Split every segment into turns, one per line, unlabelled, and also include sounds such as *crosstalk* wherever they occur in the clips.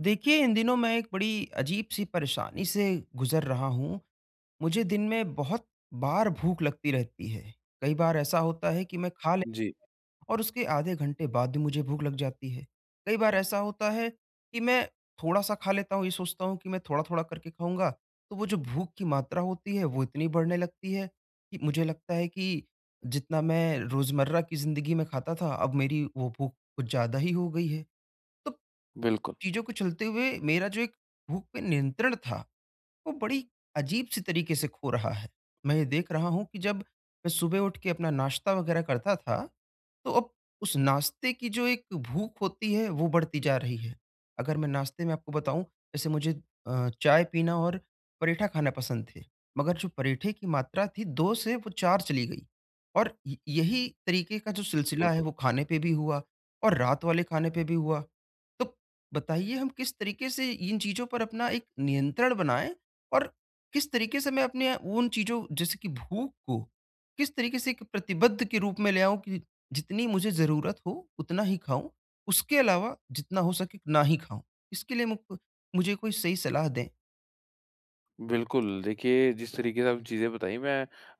देखिए, इन दिनों मैं एक बड़ी अजीब-सी परेशानी से गुज़र रहा हूँ। मुझे दिन में बहुत बार भूख लगती रहती है। कई बार ऐसा होता है कि मैं खा ले
जी,
और उसके आधे घंटे बाद भी मुझे भूख लग जाती है। कई बार ऐसा होता है कि मैं थोड़ा-सा खा लेता हूँ, ये सोचता हूँ कि मैं थोड़ा-थोड़ा करके खाऊँगा, तो वो जो भूख की मात्रा होती है, वो इतनी बढ़ने लगती है कि मुझे लगता है कि जितना मैं रोज़मर्रा की ज़िंदगी में खाता था, अब मेरी वो भूख कुछ ज़्यादा ही हो गई है। तो
बिल्कुल,
चीज़ों को चलते हुए मेरा जो एक भूख पे नियंत्रण था, वो बड़ी अजीब-सी तरीके से खो रहा है। मैं ये देख रहा हूँ कि जब मैं सुबह उठ के अपना नाश्ता वगैरह करता था, तो अब उस नाश्ते की जो एक भूख होती है, वो बढ़ती जा रही है। अगर मैं नाश्ते में आपको बताऊँ, जैसे मुझे चाय पीना और पराठा खाना पसंद थे, मगर जो पराठे की मात्रा थी 2 से वो 4 चली गई। और य यही तरीके का जो सिलसिला है,
बिल्कुल।
वो खाने पे भी हुआ और रात वाले खाने पे भी हुआ। तो बताइए, हम किस तरीके से इन चीज़ों पर अपना एक नियंत्रण बनाएँ और किस तरीके से मैं अपने उन चीज़ों जैसे कि भूख को किस तरीके से एक प्रतिबद्ध के रूप में ले आऊँ कि जितनी मुझे ज़रूरत हो उतना ही खाऊँ, उसके अलावा जितना हो सके ना ही खाऊँ। इसके लिए मुक मुझे कोई सही सलाह दें।
बिल्कुल, देखिए जिस तरीके से आपने चीज़ें बताई मैं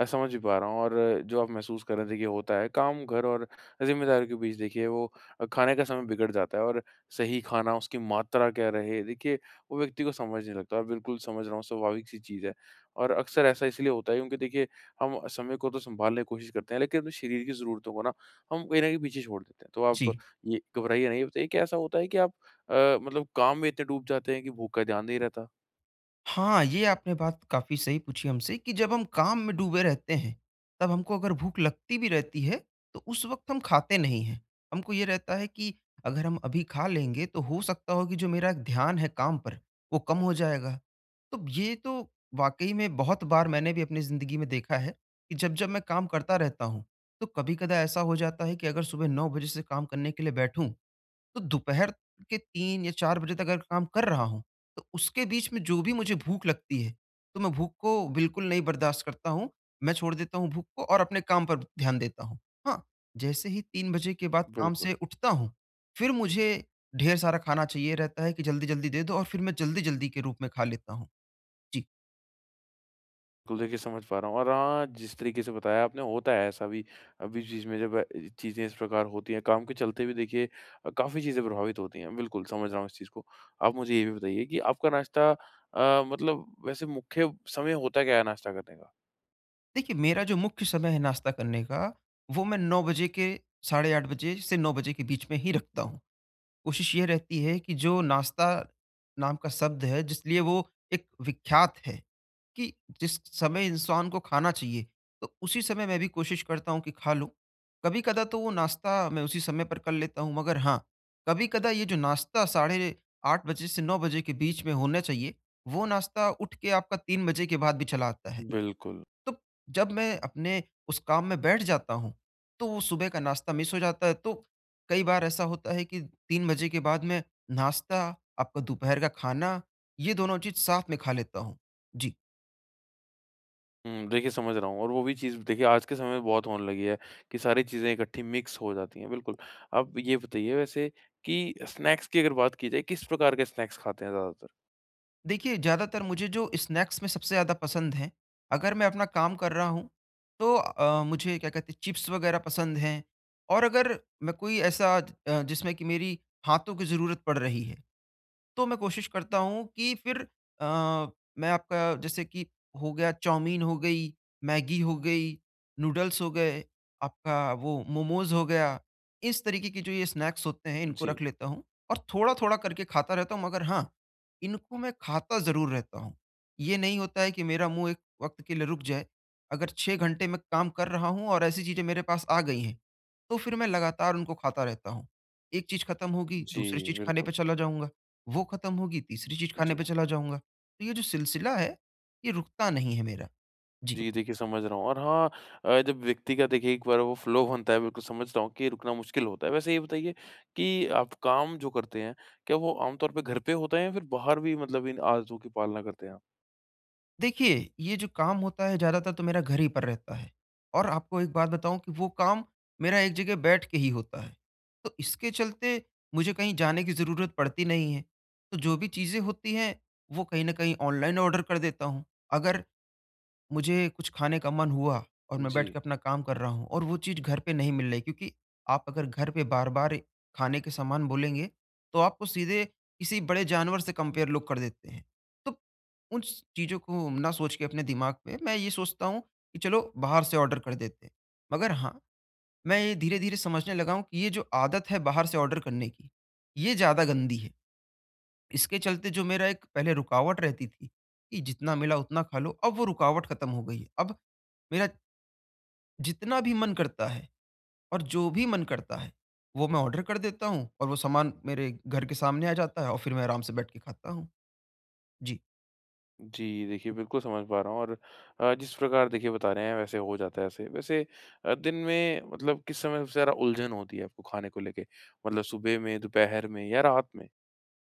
समझ भी पा रहा हूँ और जो आप महसूस कर रहे हैं, देखिए होता है, काम, घर और ज़िम्मेदारियों के बीच देखिए वो खाने का समय बिगड़ जाता है और सही खाना, उसकी मात्रा क्या रहे, देखिए वो व्यक्ति को समझ नहीं लगता, और बिल्कुल समझ रहा हूँ, स्वाभाविक-सी चीज़ है। और अक्सर ऐसा इसलिए होता है क्योंकि देखिए हम समय को तो सँभालने की कोशिश करते हैं, लेकिन अपने शरीर की ज़रूरतों को ना हम कहीं न कहीं पीछे छोड़ देते हैं। तो आप
जी।
ये घबराइए नहीं, ये बताइए क्या ऐसा होता है कि आप अ, मतलब काम में इतने डूब जाते हैं कि भूख का ध्यान नहीं रहता?
हाँ, ये आपने बात काफ़ी सही पूछी हमसे कि जब हम काम में डूबे रहते हैं, तब हमको अगर भूख लगती भी रहती है, तो उस वक़्त हम खाते नहीं हैं। हमको ये रहता है कि अगर हम अभी खा लेंगे, तो हो सकता हो कि जो मेरा ध्यान है काम पर, वो कम हो जाएगा। तो ये तो वाक़ई में बहुत बार मैंने भी अपनी ज़िंदगी में देखा है कि जब-जब मैं काम करता रहता हूँ, तो कभी-कदा ऐसा हो जाता है कि अगर सुबह 9 बजे से काम करने के लिए बैठूँ, तो दोपहर के 3 या 4 बजे तक अगर काम कर रहा हूँ, तो उसके बीच में जो भी मुझे भूख लगती है, तो मैं भूख को बिल्कुल नहीं बर्दाश्त करता हूँ। मैं छोड़ देता हूँ भूख को और अपने काम पर ध्यान देता हूँ। हाँ, जैसे ही 3 बजे के बाद काम
बिल्कुल।
से उठता हूँ, फिर मुझे ढेर सारा खाना चाहिए रहता है कि जल्दी-जल्दी दे दो, और फिर मैं जल्दी-जल्दी के रूप में खा लेता हूँ। जी।
बिल्कुल, देखिए समझ पा रहा हूँ, और हाँ, जिस तरीके से बताया आपने, होता है ऐसा भी। बीच बीच में जब चीज़ें इस प्रकार होती हैं, काम के चलते भी देखिए काफ़ी चीज़ें प्रभावित होती हैं। बिल्कुल, समझ रहा हूँ इस चीज़ को। आप मुझे ये भी बताइए कि आपका नाश्ता, मतलब वैसे मुख्य समय होता क्या है नाश्ता करने का?
देखिए, मेरा जो मुख्य समय है नाश्ता करने का, वो मैं 9 बजे के साढ़े 8 बजे से 9 बजे के बीच में ही रखता हूँ। कोशिश ये रहती है कि जो नाश्ता नाम का शब्द है जिसलिए वो एक विख्यात है कि जिस समय इंसान को खाना चाहिए, तो उसी समय मैं भी कोशिश करता हूँ कि खा लूँ। कभी कदा तो वो नाश्ता मैं उसी समय पर कर लेता हूँ, मगर हाँ, कभी कदा ये जो नाश्ता साढ़े 8 बजे से 9 बजे के बीच में होना चाहिए, वो नाश्ता उठ के आपका 3 बजे के बाद भी चला आता है।
बिल्कुल।
तो जब मैं अपने उस काम में बैठ जाता हूँ, तो वो सुबह का नाश्ता मिस हो जाता है। तो कई बार ऐसा होता है कि 3 बजे के बाद में नाश्ता, आपका दोपहर का खाना, ये दोनों चीज़ साथ में खा लेता हूँ। जी।
हुँ, देखिए समझ रहा हूँ, और वो भी चीज़ देखिए आज के समय में बहुत होने लगी है कि सारी चीज़ें इकट्ठी मिक्स हो जाती हैं, बिल्कुल। आप ये बताइए वैसे कि स्नैक्स की अगर बात की जाए, किस प्रकार के स्नैक्स खाते हैं ज़्यादातर?
देखिए, ज़्यादातर मुझे जो स्नैक्स में सबसे ज़्यादा पसंद हैं, अगर मैं अपना काम कर रहा हूँ, तो मुझे क्या कहते हैं, चिप्स वगैरह पसंद हैं। और अगर मैं कोई ऐसा जिसमें कि मेरी हाथों की ज़रूरत पड़ रही है, तो मैं कोशिश करता हूँ कि फिर अ, मैं आपका जैसे कि हो गया, चाउमीन हो गई, मैगी हो गई, नूडल्स हो गए, आपका वो मोमोज़ हो गया, इस तरीके के जो ये स्नैक्स होते हैं इनको
जी।
रख लेता हूँ और थोड़ा-थोड़ा करके खाता रहता हूँ। मगर हाँ, इनको मैं खाता ज़रूर रहता हूँ। ये नहीं होता है कि मेरा मुँह एक वक़्त के लिए रुक जाए। अगर 6 घंटे मैं काम कर रहा हूँ और ऐसी चीज़ें मेरे पास आ गई हैं, तो फिर मैं लगातार उनको खाता रहता हूँ। एक चीज़ खत्म होगी,
जी,
दूसरी चीज़ खाने
बिल्कुल।
पे चला जाऊँगा, वो खत्म होगी, तीसरी चीज़ खाने
जी।
पे चला जाऊँगा। तो ये जो सिलसिला है, ये रुकता नहीं है मेरा। जी।
जी, देखिए समझ रहा हूँ, और हाँ, जब व्यक्ति का देखिए एक बार वो फ्लो बनता है, बिल्कुल समझ रहा हूँ कि रुकना मुश्किल होता है। वैसे ये बताइए कि आप काम जो करते हैं, क्या वो आमतौर पे घर पे होता है या फिर बाहर भी मतलब इन आदतों की पालना करते हैं आप?
देखिए, ये जो काम होता है ज़्यादातर तो मेरा घर ही पर रहता है, और आपको एक बात बताऊँ कि वो काम मेरा एक जगह बैठ के ही होता है। तो इसके चलते मुझे कहीं जाने की ज़रूरत पड़ती नहीं है। तो जो भी चीज़ें होती हैं, वो कहीं न कहीं ऑनलाइन ऑर्डर कर देता हूँ। अगर मुझे कुछ खाने का मन हुआ और मैं
जी।
बैठ के अपना काम कर रहा हूँ और वो चीज़ घर पे नहीं मिल रही, क्योंकि आप अगर घर पे बार-बार खाने के सामान बोलेंगे, तो आपको सीधे किसी बड़े जानवर से कंपेयर लोग कर देते हैं। तो उन स चीज़ों को ना सोच के अपने दिमाग पे मैं ये सोचता हूँ कि चलो बाहर से ऑर्डर कर देते हैं। मगर हाँ, मैं ये धीरे-धीरे समझने लगा हूँ कि ये जो आदत है बाहर से ऑर्डर करने की, ये ज़्यादा गंदी है। इसके चलते जो मेरा एक पहले रुकावट रहती थी कि जितना मिला उतना खा लो, अब वो रुकावट खत्म हो गई है। अब मेरा जितना भी मन करता है और जो भी मन करता है, वो मैं ऑर्डर कर देता हूँ और वो सामान मेरे घर के सामने आ जाता है और फिर मैं आराम से बैठ के खाता हूँ। जी।
जी, देखिए बिल्कुल समझ पा रहा हूँ, और जिस प्रकार देखिए बता रहे हैं, वैसे हो जाता है ऐसे। वैसे दिन में मतलब किस समय सबसे ज़्यादा उलझन होती है आपको खाने को लेके? मतलब सुबह में, दोपहर में या रात में?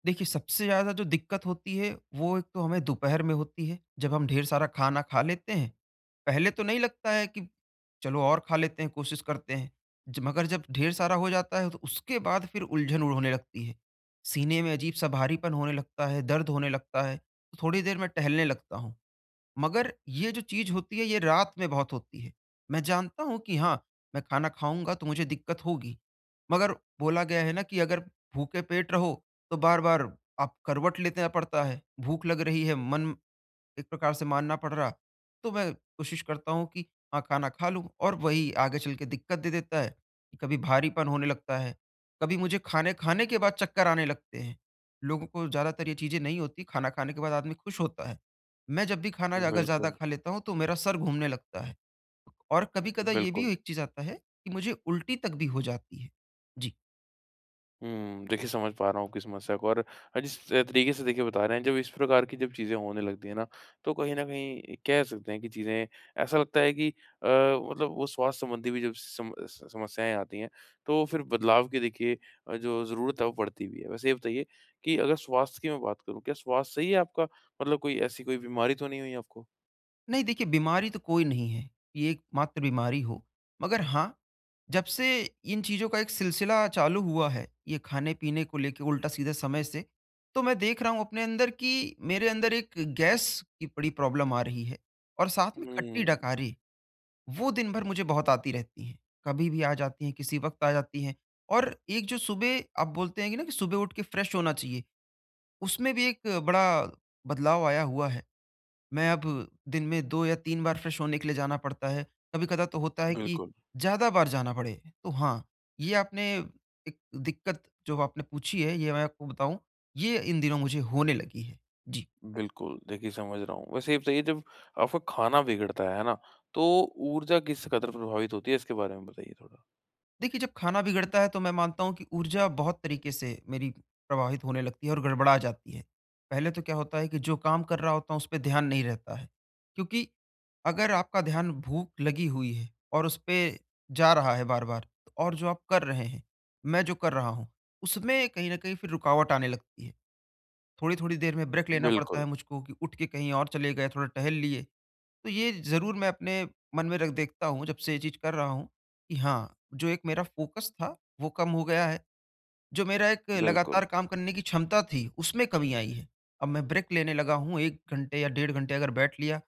देखिए, सबसे ज़्यादा जो दिक्कत होती है, वो एक तो हमें दोपहर में होती है, जब हम ढेर सारा खाना खा लेते हैं। पहले तो नहीं लगता है कि चलो और खा लेते हैं, कोशिश करते हैं। ज मगर जब ढेर सारा हो जाता है, तो उसके बाद फिर उलझन उ होने लगती है। सीने में अजीब-सा भारीपन होने लगता है, दर्द होने लगता है, तो थोड़ी देर मैं टहलने लगता हूँ। मगर ये जो चीज़ होती है, ये रात में बहुत होती है। मैं जानता हूँ कि हाँ, मैं खाना खाऊँगा तो मुझे दिक्कत होगी। मगर बोला गया है ना कि अगर भूखे पेट रहो, तो बार-बार आप करवट लेना पड़ता है। भूख लग रही है, मन एक प्रकार से मानना पड़ रहा। तो मैं कोशिश करता हूँ कि हाँ, खाना खा लूँ, और वही आगे चल के दिक्कत दे देता है कि कभी भारीपन होने लगता है, कभी मुझे खाने खाने के बाद चक्कर आने लगते हैं। लोगों को ज़्यादातर ये चीज़ें नहीं होती, खाना खाने के बाद आदमी खुश होता है। मैं जब भी खाना अगर ज़्यादा
बिल्कुल,
खा लेता हूँ तो मेरा सर घूमने लगता है, और कभी-कदा ये
बिल्कुल।
भी एक चीज़ आता है कि मुझे उल्टी तक भी हो जाती है। जी।
हुँ, देखिए समझ पा रहा हूँ आपकी समस्या को, और जिस तरीके से देखिए बता रहे हैं, जब इस प्रकार की जब चीज़ें होने लगती हैं ना, तो कहीं न कहीं कह सकते हैं कि चीज़ें, ऐसा लगता है कि मतलब वो स्वास्थ्य संबंधी भी जब सम स समस्याएँ आती हैं, तो फिर बदलाव की देखिए जो ज़रूरत है वो पड़ती भी है। वैसे ये बताइए कि अगर स्वास्थ्य की मैं बात करूँ, क्या स्वास्थ्य सही है आपका? मतलब कोई ऐसी कोई बीमारी तो नहीं हुई आपको?
नहीं देखिए, बीमारी तो कोई नहीं है, ये एकमात्र बीमारी हो। मगर हाँ, जब से इन चीज़ों का एक सिलसिला चालू हुआ है, ये खाने-पीने को लेके उल्टा-सीधा समय से, तो मैं देख रहा हूँ अपने अंदर कि मेरे अंदर एक गैस की बड़ी प्रॉब्लम आ रही है, और साथ में खट्टी
हुँ,
डकारी, वो दिन भर मुझे बहुत आती रहती हैं। कभी भी आ जाती हैं, किसी वक़्त आ जाती हैं, और एक जो सुबह आप बोलते हैं कि ना कि सुबह उठ के फ्रेश होना चाहिए, उसमें भी एक बड़ा बदलाव आया हुआ है। मैं अब दिन में 2 या 3 बार फ्रेश होने के लिए जाना पड़ता है। कभी-कदा तो होता है कि
बिल्कुल।
ज़्यादा बार जाना पड़े। तो हाँ, ये आपने एक दिक्कत जो आपने पूछी है, ये मैं आपको बताऊँ, ये इन दिनों मुझे होने लगी है। जी।
बिल्कुल, देखिए समझ रहा हूँ। वैसे ये बताइए, जब आपका खाना बिगड़ता है ना? तो ऊर्जा किस कदर प्रभावित होती है, इसके बारे में बताइए थोड़ा?
देखिए, जब खाना बिगड़ता है, तो मैं मानता हूँ कि ऊर्जा बहुत तरीके से मेरी प्रभावित होने लगती है और गड़बड़ा जाती है। पहले तो क्या होता है कि जो काम कर रहा होता हूँ, उस पे ध्यान नहीं रहता है। क्योंकि अगर आपका ध्यान भूख लगी हुई है और उस पे जा रहा है बार-बार, तो और जो आप कर रहे हैं, मैं जो कर रहा हूँ, उसमें कहीं न कहीं फिर रुकावट आने लगती है। थोड़ी-थोड़ी देर में ब्रेक लेना पड़ता
बिल्कुल,
है मुझको कि उठ के कहीं और चले गए, थोड़ा टहल लिए। तो ये ज़रूर मैं अपने मन में रख देखता हूँ जब से ये चीज़ कर रहा हूँ कि हाँ, जो एक मेरा फ़ोकस था वो कम हो गया है, जो मेरा एक
बिल्कुल,
लगातार काम करने की क्षमता थी उसमें कमी आई है। अब मैं ब्रेक लेने लगा हूँ। 1 घंटे या डेढ़ घंटे अगर बैठ लिया,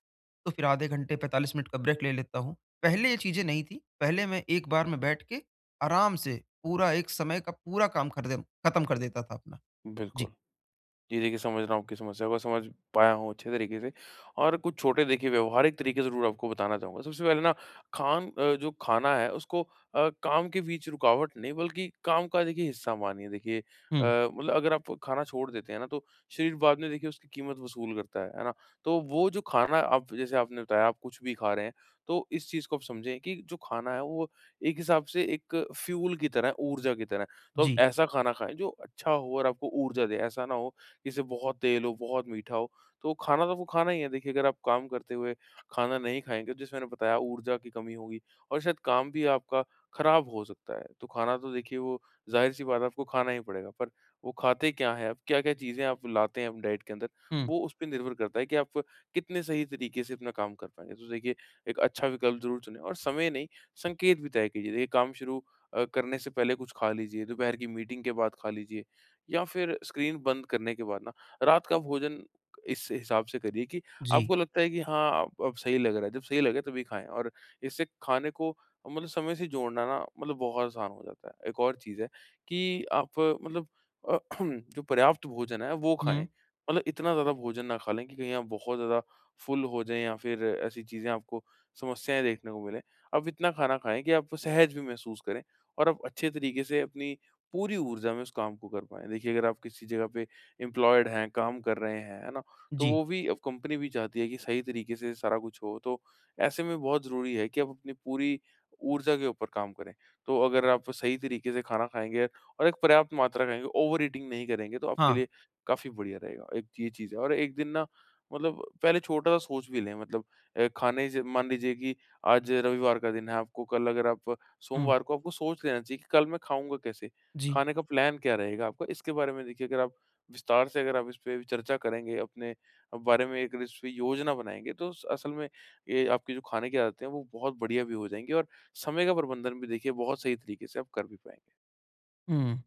तो फिर आधे घंटे 45 मिनट का ब्रेक ले लेता हूँ। पहले ये चीज़ें नहीं थी, पहले मैं एक बार में बैठ के आराम से पूरा एक समय का पूरा काम कर दें खत्म कर देता था अपना। जी।
बिल्कुल। जी, देखिए समझ रहा हूँ आपकी समस्या को, समझ पाया हूँ अच्छे तरीके से, और कुछ छोटे देखिए व्यावहारिक तरीके ज़रूर आपको बताना चाहूँगा। सबसे पहले ना जो खाना है उसको काम के बीच रुकावट नहीं बल्कि काम का देखिए हिस्सा मानिए। देखिए
हुँ।
मतलब अगर आप खाना छोड़ देते हैं ना, तो शरीर बाद में देखिए उसकी कीमत वसूल करता है ना? तो वो जो खाना, आप जैसे आपने बताया आप कुछ भी खा रहे हैं, तो इस चीज़ को आप समझें कि जो खाना है वो एक हिसाब से एक फ्यूल की तरह है, ऊर्जा की तरह है। तो आप
जी।
ऐसा खाना खाएँ जो अच्छा हो और आपको ऊर्जा दे, ऐसा ना हो इसे बहुत तेल हो, बहुत मीठा हो, तो वो खाना ही है। देखिए, अगर आप काम करते हुए खाना नहीं खाएँगे, तो जैसे मैंने बताया, ऊर्जा की कमी होगी और शायद काम भी आपका खराब हो सकता है। तो खाना तो देखिए वो ज़ाहिर-सी बात है, आपको खाना ही पड़ेगा, पर वो खाते क्या हैं आप, क्या-क्या चीज़ें आप लाते हैं अपनी डाइट के अंदर,
हुँ।
वो उस पे निर्भर करता है कि आप कितने सही तरीके से अपना काम कर पाएँगे। तो देखिए, एक अच्छा विकल्प ज़रूर चुनें, और समय नहीं, संकेत भी तय कीजिए। देखिए, काम शुरू करने से पहले कुछ खा लीजिए, दोपहर की मीटिंग के बाद खा लीजिए। या फिर स्क्रीन बंद करने के बाद ना रात का भोजन इस हिसाब से करिए कि
जी।
आपको लगता है कि हाँ, अब सही लग रहा है, जब सही लगे तभी खाएं, और इससे खाने को मतलब समय से जोड़ना ना मतलब बहुत आसान हो जाता है। एक और चीज़ है कि आप मतलब *clears throat* जो पर्याप्त भोजन है वो खाएं,
हुँ।
मतलब इतना ज़्यादा भोजन ना खा लें कि कहीं आप बहुत ज़्यादा फुल हो जाएं, या फिर ऐसी चीज़ें आपको समस्याएं देखने को मिले। आप इतना खाना खाएं कि आप सहज भी महसूस करें और आप अच्छे तरीके से अपनी पूरी ऊर्जा में उस काम को कर पाएँ। देखिए, अगर आप किसी जगह पे एम्प्लॉयड हैं, काम कर रहे हैं, है ना? तो
जी।
वो भी, अब कंपनी भी चाहती है कि सही तरीके से सारा कुछ हो, तो ऐसे में बहुत ज़रूरी है कि आप अपनी पूरी ऊर्जा के ऊपर काम करें। तो अगर आप सही तरीके से खाना खाएँगे और एक पर्याप्त मात्रा खाएँगे, ओवर ईटिंग नहीं करेंगे, तो आपके
हाँ।
लिए काफ़ी बढ़िया रहेगा। एक ये चीज़ है, और एक दिन ना मतलब पहले छोटा-सा सोच भी लें, मतलब खाने से, मान लीजिए कि आज रविवार का दिन है, आपको कल अगर आप
हुँ।
सोमवार को आपको सोच लेना चाहिए कि कल मैं खाऊँगा कैसे?
जी।
खाने का प्लान क्या रहेगा आपका? इसके बारे में देखिए अगर आप विस्तार से अगर आप इस पे चर्चा करेंगे, अपने बारे में एक इसपे योजना बनाएँगे, तो स असल में ये आपकी जो खाने की आदतें हैं, वो बहुत बढ़िया भी हो जाएँगी, और समय का प्रबंधन भी देखिए बहुत सही तरीके से आप कर भी पाएँगे।
हुँ।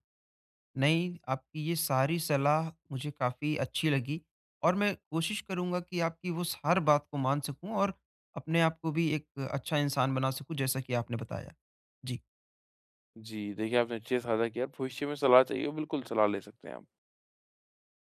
नहीं, आपकी ये सारी सलाह मुझे काफ़ी अच्छी लगी, और मैं कोशिश करूँगा कि आपकी वो स हर बात को मान सकूँ और अपने आप को भी एक अच्छा इंसान बना सकूँ, जैसा कि आपने बताया। जी।
जी, देखिए आपने अच्छे से साझा किया, और भविष्य में सलाह चाहिए, बिल्कुल सलाह ले सकते हैं आप।